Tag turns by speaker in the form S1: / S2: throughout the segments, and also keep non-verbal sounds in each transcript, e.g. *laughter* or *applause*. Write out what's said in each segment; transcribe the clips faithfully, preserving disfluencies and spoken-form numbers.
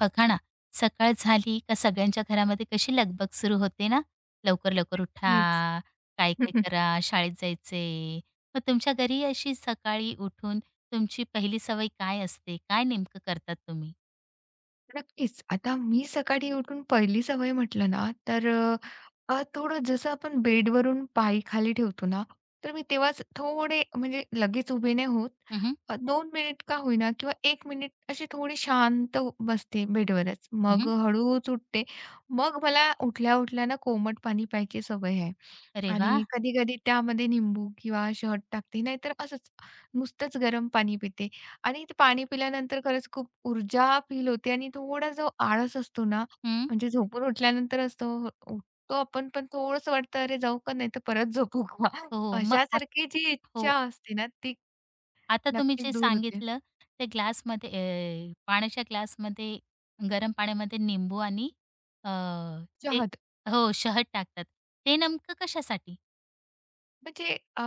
S1: बघा ना, सकाळ झाली का सगळ्यांच्या घरामध्ये कशी लगबग सुरू होते ना, लवकर-लवकर उठा,
S2: नक्कीच.
S1: काय-काय
S2: *laughs*
S1: करा, शाळेत जायचे. मग तुमच्या घरी अशी सकाळी उठून तुमची पहिली सवय काय असते? काय नेमकं करतात तुम्ही?
S2: नक्कीच. आता मी सकाळी उठून पहिली सवय म्हटलं ना, तर अ, अ, थोडं जसं आपण बेडवरून पाय खाली ठेवतो ना, तर मी तेव्हाच थोडे म्हणजे लगेच उभे नाही होत.
S1: हं, हं.
S2: अ, दोन मिनिट का होईना किंवा एक मिनिट अशी थोडी शांत उ- बसते बेडवरच. मग हळूच उठते. मग मला उठल्या-उठल्या ना कोमट पाणी प्यायची सवय आहे
S1: अरे वाह!
S2: आणि कधी-कधी त्यामध्ये निंबू किंवा शहद टाकते. नाहीतर असंच नुसतंच गरम पाणी पिते. आणि ते पाणी पिल्यानंतर खरंच खूप ऊर्जा फील होते आणि थोडा जो आळस असतो ना,
S1: हं.
S2: म्हणजे झोपून उठल्यानंतर असतो उठतो आपण पण थोडंसं वाटतं, "अरे जाऊ का? नाही तर परत झोपू का?"
S1: हो,
S2: *laughs*
S1: हो. मग आत
S2: अशासारखी जी
S1: हो,
S2: इच्छा असते ना, ती
S1: आता तुम्ही
S2: नक्कीच
S1: जे
S2: दूर होते.
S1: सांगितलं ते ग्लासमध्ये, अ, पाण्याच्या ग्लासमध्ये गरम पाण्यामध्ये निंबू आणि, अ, ते
S2: चहा
S1: हो, शहद टाकतात. ते नेमकं कशासाठी?
S2: म्हणजे अ,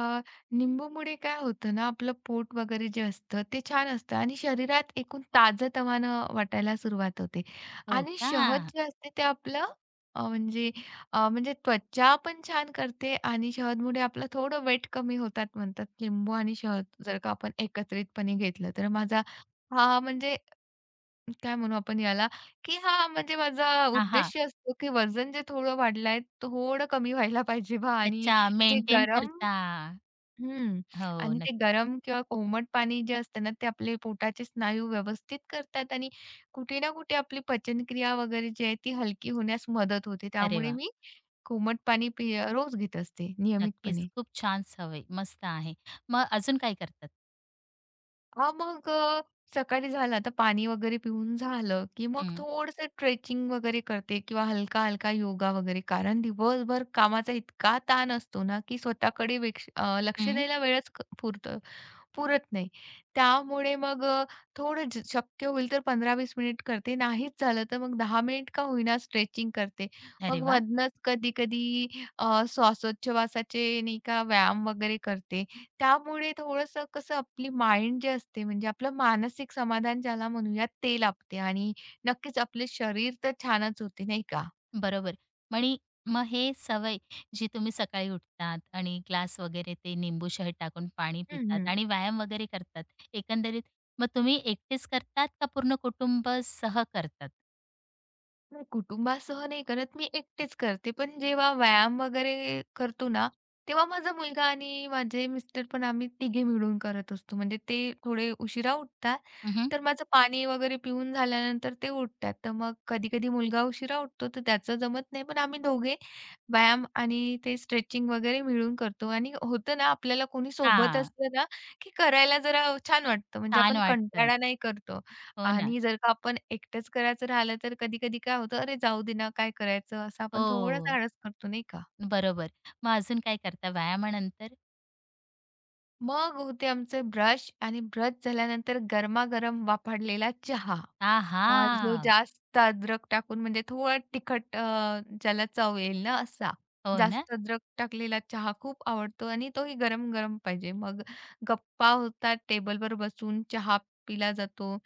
S2: निंबूमुळे काय होतं ना, आपलं पोट वगैरे जे असतं ते छान असतं आणि शरीरात एकूण ताजंतवानं वाटायला सुरुवात होते
S1: हो
S2: आणि
S1: का?
S2: शहद जे असते ते आपलं अ, म्हणजे अ, म्हणजे त्वचा पण छान करते आणि शहदमुळे आपलं थोडं वेट कमी होतात म्हणतात. लिंबू आणि शहद जर का आपण एकत्रितपणे घेतलं तर माझा हा म्हणजे काय म्हणू आपण याला, की हा म्हणजे माझा
S1: हां, हां.
S2: उद्देश असतो, की वजन जे थोडं वाढलंय, थोडं कमी व्हायला पाहिजे बा आणि
S1: अच्छा
S2: जे
S1: मेंटेन
S2: गरम
S1: करता.
S2: हं.
S1: हो,
S2: आणि ते
S1: नक्कीच.
S2: गरम किंवा कोमट पाणी जे असतं ना, ते आपले पोटाचे स्नायू व्यवस्थित करतात आणि कुठे ना कुठे आपली पचनक्रिया वगैरे जी आहे ती हलकी होण्यास मदत होते.
S1: अरे
S2: त्यामुळे
S1: वाह!
S2: मी कोमट पाणी पिय रोज घेत असते
S1: नक्कीच.
S2: नियमितपणे.
S1: खूप छान सवय. मस्त आहे. मग अजून काय करतात?
S2: हां, मग अ, सकाळी झालं आता पाणी वगैरे पिऊन झालं, की मग
S1: हं,
S2: थोडंसं स्ट्रेचिंग वगैरे करते किंवा हलका-हलका योगा वगैरे. कारण दिवसभर कामाचा इतका ताण असतो ना, की स्वतःकडे वेक्ष अ, लक्ष
S1: हं.
S2: द्यायला वेळच क पुरत पुरत नाही. त्यामुळे मग अ, थोडं ज शक्य होईल तर पंधरा ते वीस मिनिट करते. नाहीच झालं तर मग दहा मिनिट का होईना स्ट्रेचिंग करते.
S1: अरे
S2: मग
S1: वाह!
S2: मधनंच कधी-कधी अ, श्वासोच्छवासाचे नाही का व्यायाम वगैरे करते. त्यामुळे थोडंसं कसं आपली माइंड जे असते म्हणजे आपलं मानसिक समाधान ज्याला म्हणूया ते लाभते आणि नक्कीच आपले शरीर तर छानच होते, नाही का?
S1: बरोबर. म्हणी मग हे सवय जी तुम्ही सकाळी उठतात आणि ग्लास वगैरे ते निंबू शहद टाकून पाणी पितात
S2: हं,
S1: आणि व्यायाम वगैरे करतात. एकंदरीत मग तुम्ही एकटेच करतात का पूर्ण कुटुंब सह करतात?
S2: नाही, कुटुंबासह नाही करत. मी एकटेच करते. पण जेव्हा व्यायाम वगैरे करतो ना, तेव्हा माझा मुलगा आणि माझे मिस्टर पण आम्ही तिघे मिळून करत असतो. म्हणजे ते थोडे उशिरा उठतात.
S1: हं, हं.
S2: तर माझं पाणी वगैरे पिऊन झाल्यानंतर ते उठतात. तर मग कधी-कधी मुलगा उशिरा उठतो, तर त्याचं जमत नाही. पण आम्ही दोघे व्यायाम आणि ते स्ट्रेचिंग वगैरे मिळून करतो. आणि होतं ना, आपल्याला कोणी सोबत असलं ना, की करायला जरा छान वाटतं. म्हणजे
S1: छान
S2: आपण
S1: वाटतं.
S2: कंटाळा नाही करतो.
S1: हो ना.
S2: आणि जर का आपण एकटंच करायचं राहिलं, तर कधी-कधी काय होतं, "अरे, जाऊ दे ना, काय करायचं?" असं आपण थोडाच
S1: हो.
S2: आळस करतो, नाही का?
S1: बरोबर. मग अजून काय करता व्यायामानंतर?
S2: मग होते आमचे ब्रश आणि ब्रश झाल्यानंतर गरमागरम वापरलेला चहा. अ, जो
S1: आहा!
S2: जास्त अद्रक टाकून म्हणजे थोडा तिखट अ, ज्याला चव येईल ना असा.
S1: हो ना?
S2: जास्त अद्रक टाकलेला चहा खूप आवडतो आणि तोही गरम-गरम पाहिजे. मग गप्पा होतात, टेबलवर बसून चहा पिला जातो.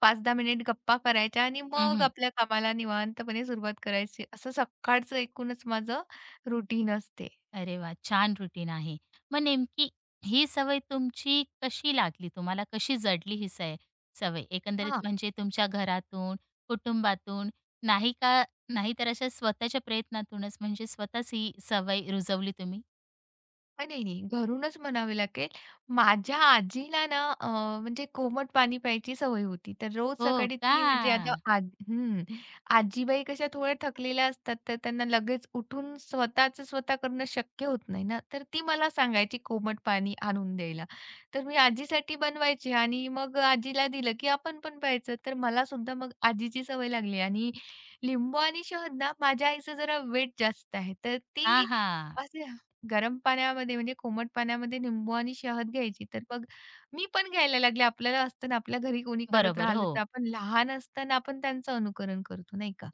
S2: पाच ते दहा मिनिट गप्पा करायच्या आणि
S1: हं,
S2: मग
S1: हं.
S2: आपल्या कामाला निवांतपणे सुरुवात करायची. असं सकाळचं एकूणच माझं रुटीन असते.
S1: अरे वाह! छान रुटीन आहे. मग नेमकी ही सवय तुमची कशी लागली तुम्हाला? कशी जडली ही सय सवय? एकंदरीत
S2: हां.
S1: म्हणजे तुमच्या घरातून, कुटुंबातून, नाही का, नाहीतर अशा स्वतःच्या प्रयत्नातूनच म्हणजे स्वतःच ही सवय रुजवली तुम्ही?
S2: अ, नाही, नाही. घरूनच म्हणावे लागेल. माझ्या आजीला ना अ, म्हणजे कोमट पाणी प्यायची सवय होती. तर रोज
S1: हो
S2: सकाळी
S1: का?
S2: ती म्हणजे आता आज हं. आजीबाई कशा थोड्या थकलेल्या असतात, तर त्यांना लगेच उठून स्वतःचं स्वतः करणं शक्य होत नाही ना. तर ती मला सांगायची कोमट पाणी आणून द्यायला. तर मी आजीसाठी बनवायची आणि मग आजीला दिलं, की आपण पण प्यायचं. तर मला सुद्धा मग आजीची सवय लागली आणि लिंबू आणि शहद ना माझ्या आईचं जरा वेट जास्त आहे. तर
S1: हां,
S2: ती
S1: हां.
S2: गरम पाण्यामध्ये म्हणजे कोमट पाण्यामध्ये लिंबू आणि शहद घ्यायची. तर मग मी पण घ्यायला लागले. आपल्याला असतं ना, आपल्या घरी कोणी करत
S1: बरोबर.
S2: राहिलं
S1: हो.
S2: तर आपण लहान असताना आपण त्यांचं अनुकरण करतो, नाही का?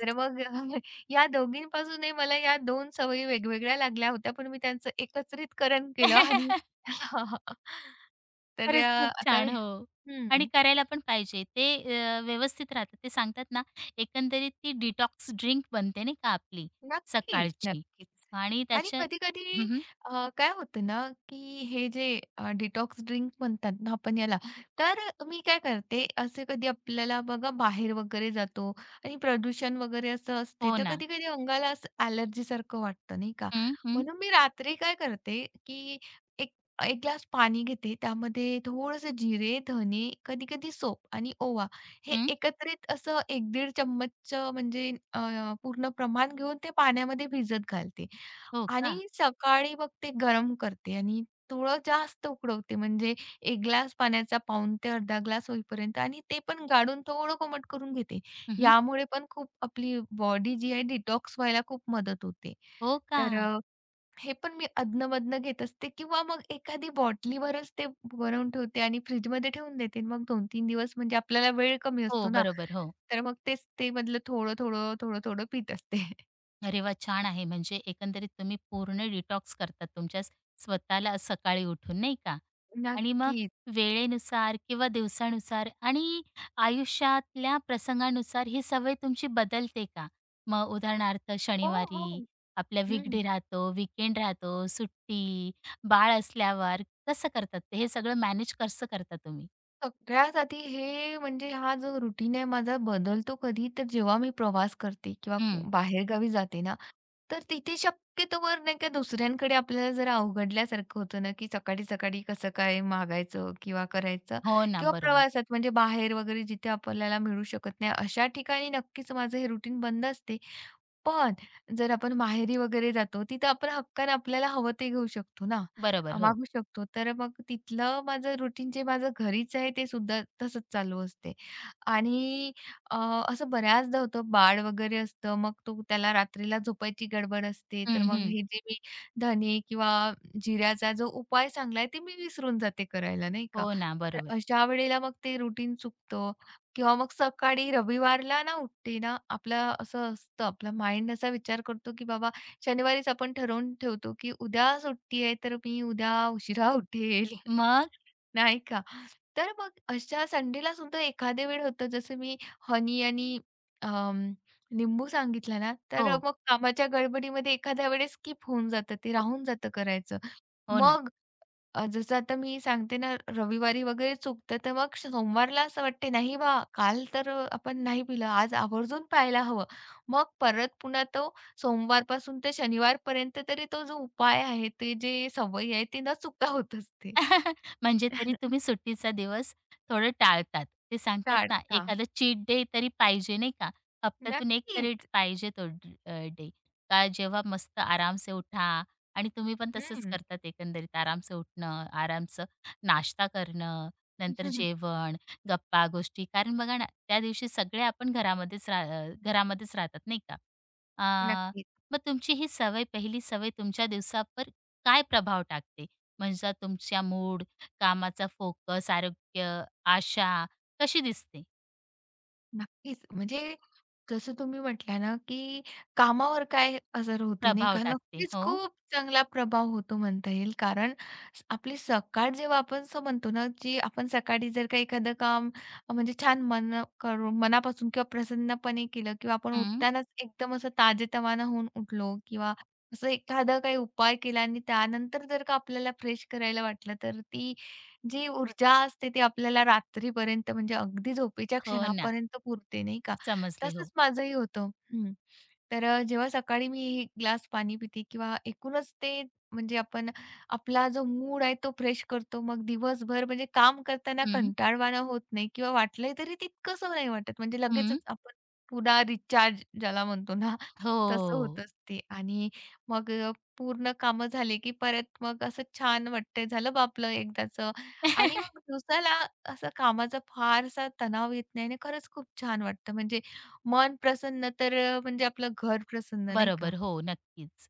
S2: तर मग *laughs* या दोघींपासूनही मला या दोन सवयी वेगवेगळ्या लागल्या होत्या, पण मी त्यांचं एकत्रितकरण केलं आणि
S1: *laughs*
S2: *laughs* तर
S1: खरंच खूप
S2: अ, आता
S1: छान. हो. आणि
S2: हं.
S1: करायला पण पाहिजे. ते अ, व्यवस्थित राहतं. ते सांगतात ना, एकंदरीत ती डिटॉक्स ड्रिंक बनते नाही का आपली
S2: नक्कीच,
S1: सकाळची
S2: नक्कीच.
S1: आणि
S2: आणि
S1: त्याच्या
S2: कधी-कधी
S1: हं,
S2: अ, काय होतं ना, की हे जे अ, डिटॉक्स ड्रिंक म्हणतात ना आपण याला, तर मी काय करते, असे कधी आपल्याला बघा बाहेर वगैरे जातो आणि प्रदूषण वगैरे असं असते,
S1: हो
S2: तर
S1: ना.
S2: कधी-कधी अंगाला असं ॲलर्जीसारखं वाटतं, नाही का?
S1: हं, हं,
S2: म्हणून मी रात्री काय करते, की एक ग्लास पाणी घेते. त्यामध्ये थोडंसं जिरे, धने, कधी-कधी सोप आणि ओवा हे
S1: हं.
S2: एकत्रित असं एक पंधरा चम्मच म्हणजे अ, पूर्ण प्रमाण घेऊन ते पाण्यामध्ये भिजत घालते
S1: हो
S2: आणि
S1: का?
S2: सकाळी मग ते गरम करते आणि थोडं जास्त उकडवते. म्हणजे एक ग्लास पाण्याचा पाऊण ते अर्धा ग्लास होईपर्यंत आणि ते पण गाळून थोडं कोमट करून घेते.
S1: हं,
S2: यामुळे पण खूप आपली बॉडी जी आहे डिटॉक्स व्हायला खूप मदत होते.
S1: हो का?
S2: तर अ हे पण मी अधनं-मधनं घेत असते किंवा मग एखादी बॉटलीवरच ते बनवून ठेवते आणि फ्रिजमध्ये ठेवून देते. मग दोन ते तीन दिवस म्हणजे आपल्याला वेळ कमी
S1: हो,
S2: असतो ना,
S1: बरोबर. हो.
S2: तर मग तेच ते मधलं थोडं-थोडं, थोडं-थोडं पीत असते. *laughs*
S1: अरे वा छान आहे. म्हणजे एकंदरीत तुम्ही पूर्ण डिटॉक्स करतात तुमच्या स- स्वतःला सकाळी उठून, नाही का? आणि मग
S2: नक्कीच.
S1: वेळेनुसार किंवा दिवसानुसार आणि आयुष्यातल्या प्रसंगानुसार ही सवय तुमची बदलते का? मग उदाहरणार्थ
S2: हो,
S1: शनिवारी
S2: हो.
S1: आपला
S2: हं.
S1: वीकडे राहतो, वीकेंड राहतो, सुट्टी, बाळ असल्यावर कसं करतात ते? हे सगळं मॅनेज कसं करता तुम्ही?
S2: सगळ्यात आधी हे म्हणजे हा जो रुटीन आहे माझा बदलतो कधी तर जेव्हा मी प्रवास करते किंवा
S1: हं.
S2: बाहेरगावी जाते ना, तर तिथे शक्यतोवर नाही का दुसऱ्यांकडे आपल्याला जरा अवघडल्यासारखं होतं ना, की सकाळी-सकाळी कसं काय मागायचं किंवा करायचं
S1: हो ना.
S2: किंवा
S1: बरोबर.
S2: प्रवासात म्हणजे बाहेर वगैरे जिथे आपल्याला मिळू शकत नाही, अशा ठिकाणी नक्कीच माझं हे रुटीन बंद असते. पण जर आपण माहेरी वगैरे जातो, तिथं आपण हक्कानं आपल्याला हवं ते घेऊ शकतो ना,
S1: बरोबर.
S2: अ,
S1: हो.
S2: मागू शकतो. तर मग तिथलं माझं रुटीन जे माझं घरीच आहे ते सुद्धा तसंच चालू असते. आणि अ, असं बऱ्याचदा होतं बाळ वगैरे असतं, मग तो त्याला रात्रीला झोपायची गडबड असते. तर
S1: हं,
S2: मग
S1: हं.
S2: हे जे मी धने किंवा जिऱ्याचा जो उपाय सांगलाय ते मी विसरून जाते करायला, नाही का.
S1: हो ना.
S2: तर
S1: बरोबर.
S2: अशा वेळेला मग ते रुटीन चुकतं किंवा मग सकाळी रविवारला ना उठते ना, आपलं असं असतं, आपला माइंड असा विचार करतो, की बाबा शनिवारीच आपण ठरवून ठेवतो, की उद्या सुट्टी आहे, तर मी उद्या उशिरा *laughs* उठेल.
S1: मग?
S2: नाही का? तर मग अशा संडेला सुद्धा एखादे वेळ होतं, जसं मी हनी आणि अं, लिंबू सांगितला ना, तर
S1: हो.
S2: मग कामाच्या गडबडीमध्ये एखाद्या वेळेस स्किप होऊन जातं, ते
S1: हो.
S2: राहून जातं करायचं.
S1: हो.
S2: मग अ, जसं आता मी सांगते ना, रविवारी वगैरे चुकतं, तर मग सोमवारला असं वाटते, "नाही बा, काल तर अ, आपण नाही पिलं, आज आवर्जून प्यायला हवं." मग परत पुन्हा तो सोमवारपासून ते शनिवारपर्यंत तरी तो जो उपाय आहे, ते जे सवयी आहे, ती न चुकता होत असते.
S1: *laughs* म्हणजे तरी
S2: *laughs*
S1: तुम्ही सुट्टीचा दिवस थोडं टाळतात. ते सांगतात ना,
S2: टाळता.
S1: एखादा चीट डे तरी पाहिजे नाही का? हप्त्यातून एक तरी
S2: नक्कीच.
S1: पाहिजे तो ड अ, डे. का जेव्हा मस्त आरामसे उठा आणि तुम्ही पण तसंच
S2: हं.
S1: करतात एकंदरीत आरामचं उठणं, आरामचं नाश्ता करणं, नंतर
S2: *laughs*
S1: जेवण, गप्पा-गोष्टी. कारण बघा ना, त्या दिवशी सगळे आपण घरामध्येच रा अ, घरामध्येच राहतात नाही का? अ,
S2: नक्कीच,
S1: मग तुमची ही सवय पहिली सवय तुमच्या दिवसावर काय प्रभाव टाकते? म्हणजे तुमच्या मूड, कामाचा फोकस, आरोग्य, आशा कशी दिसते?
S2: नक्कीच. म्हणजे जसं तुम्ही म्हटल्या ना, की कामावर काय असर होते नाही
S1: प्रभाव
S2: का?
S1: टाकते.
S2: नक्कीच
S1: हो.
S2: खूप चांगला प्रभाव होतो म्हणता येईल. कारण स- आपली सकाळ जेव्हा आपण असं म्हणतो ना, जी आपण सकाळी जर का एखादं काम अ, म्हणजे छान मन करून मनापासून किंवा प्रसन्नपणे केलं किंवा आपण
S1: हं.
S2: उठतानाच एकदम असं ताजेतवाना होऊन उठलो किंवा असं एखादा काही उपाय केला आणि त्यानंतर जर का आपल्याला फ्रेश करायला वाटलं, तर ती जी ऊर्जा असते ती आपल्याला रात्रीपर्यंत म्हणजे अगदी झोपेच्या
S1: हो ना.
S2: क्षणापर्यंत पुरते नाही का?
S1: समजले. हो.
S2: तसंच माझंही होतं. हं. तर अ, जेव्हा सकाळी मी एक ग्लास पाणी पिते किंवा एकूणच ते म्हणजे आपण आपला जो मूड आहे तो फ्रेश करतो. मग दिवसभर म्हणजे काम करताना
S1: हं.
S2: कंटाळवाणं होत नाही किंवा वाटलंही तरी तितकंसं नाही वाटत. म्हणजे
S1: हं.
S2: लगेचच आपण पुन्हा रिचार्ज ज्याला म्हणतो ना,
S1: हो.
S2: तसं होतंच ते. आणि मग अ, पूर्ण कामं झाले की परत मग असं छान वाटतंय, झालं बा आपलं एकदाचं. आणि मग
S1: *laughs*
S2: दिवसाला असा कामाचा फारसा तणाव येत नाही आणि खरंच खूप छान वाटतं. म्हणजे मन प्रसन्न तर अ, म्हणजे आपलं घर प्रसन्न नाही का?
S1: बरोबर. हो, नक्कीच.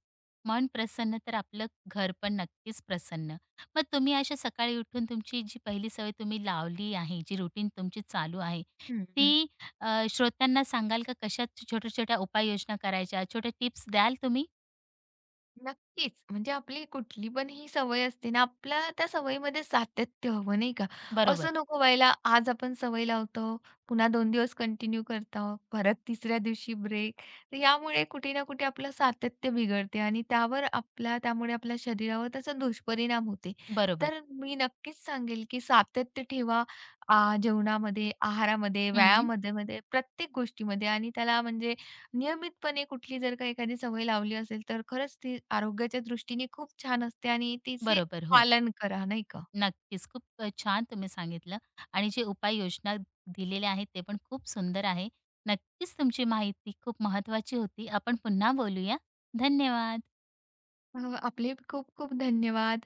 S1: मन प्रसन्न तर आपलं घर पण नक्कीच प्रसन्न. मग तुम्ही अशा सकाळी उठून तुमची जी पहिली सवय तुम्ही लावली आहे, जी रुटीन तुमची चालू आहे,
S2: हं, हं.
S1: ती अ, श्रोत्यांना सांगाल का कशा छोट्या-छोट्या उपाययोजना करायच्या, छोट्या टिप्स द्याल तुम्ही?
S2: नक्कीच. म्हणजे आपली कुठली पण ही सवय असते ना, आपल्या त्या सवयीमध्ये सातत्य हवं, नाही का?
S1: बरोबर.
S2: असं नको व्हायला, आज आपण सवय लावतो, पुन्हा दोन दिवस कंटिन्यू करतो, परत तिसऱ्या दिवशी ब्रेक. तर यामुळे कुठे ना कुठे आपलं सातत्य बिघडते आणि त्यावर आपल्या त्यामुळे आपल्या शरीरावर त्याचा दुष्परिणाम होते.
S1: बरोबर.
S2: तर मी नक्कीच सांगेल, की सातत्य ठेवा आ, जेवणामध्ये, आहारामध्ये,
S1: हं.
S2: व्यायामामध्ये मध्ये प्रत्येक गोष्टीमध्ये आणि त्याला म्हणजे नियमितपणे कुठली जर का एखादी सवय लावली असेल, तर खरंच ती आरोग्याच्या दृष्टीने खूप छान असते आणि तिचे
S1: बरोबर, हो.
S2: पालन करा, नाही का?
S1: नक्कीच. खूप अ, छान तुम्ही सांगितलं आणि जे उपाययोजना दिलेल्या आहेत ते पण खूप सुंदर आहे. नक्कीच तुमची माहिती खूप महत्वाची होती. आपण पुन्हा बोलूया. धन्यवाद.
S2: अ, आपले खूप खूप धन्यवाद.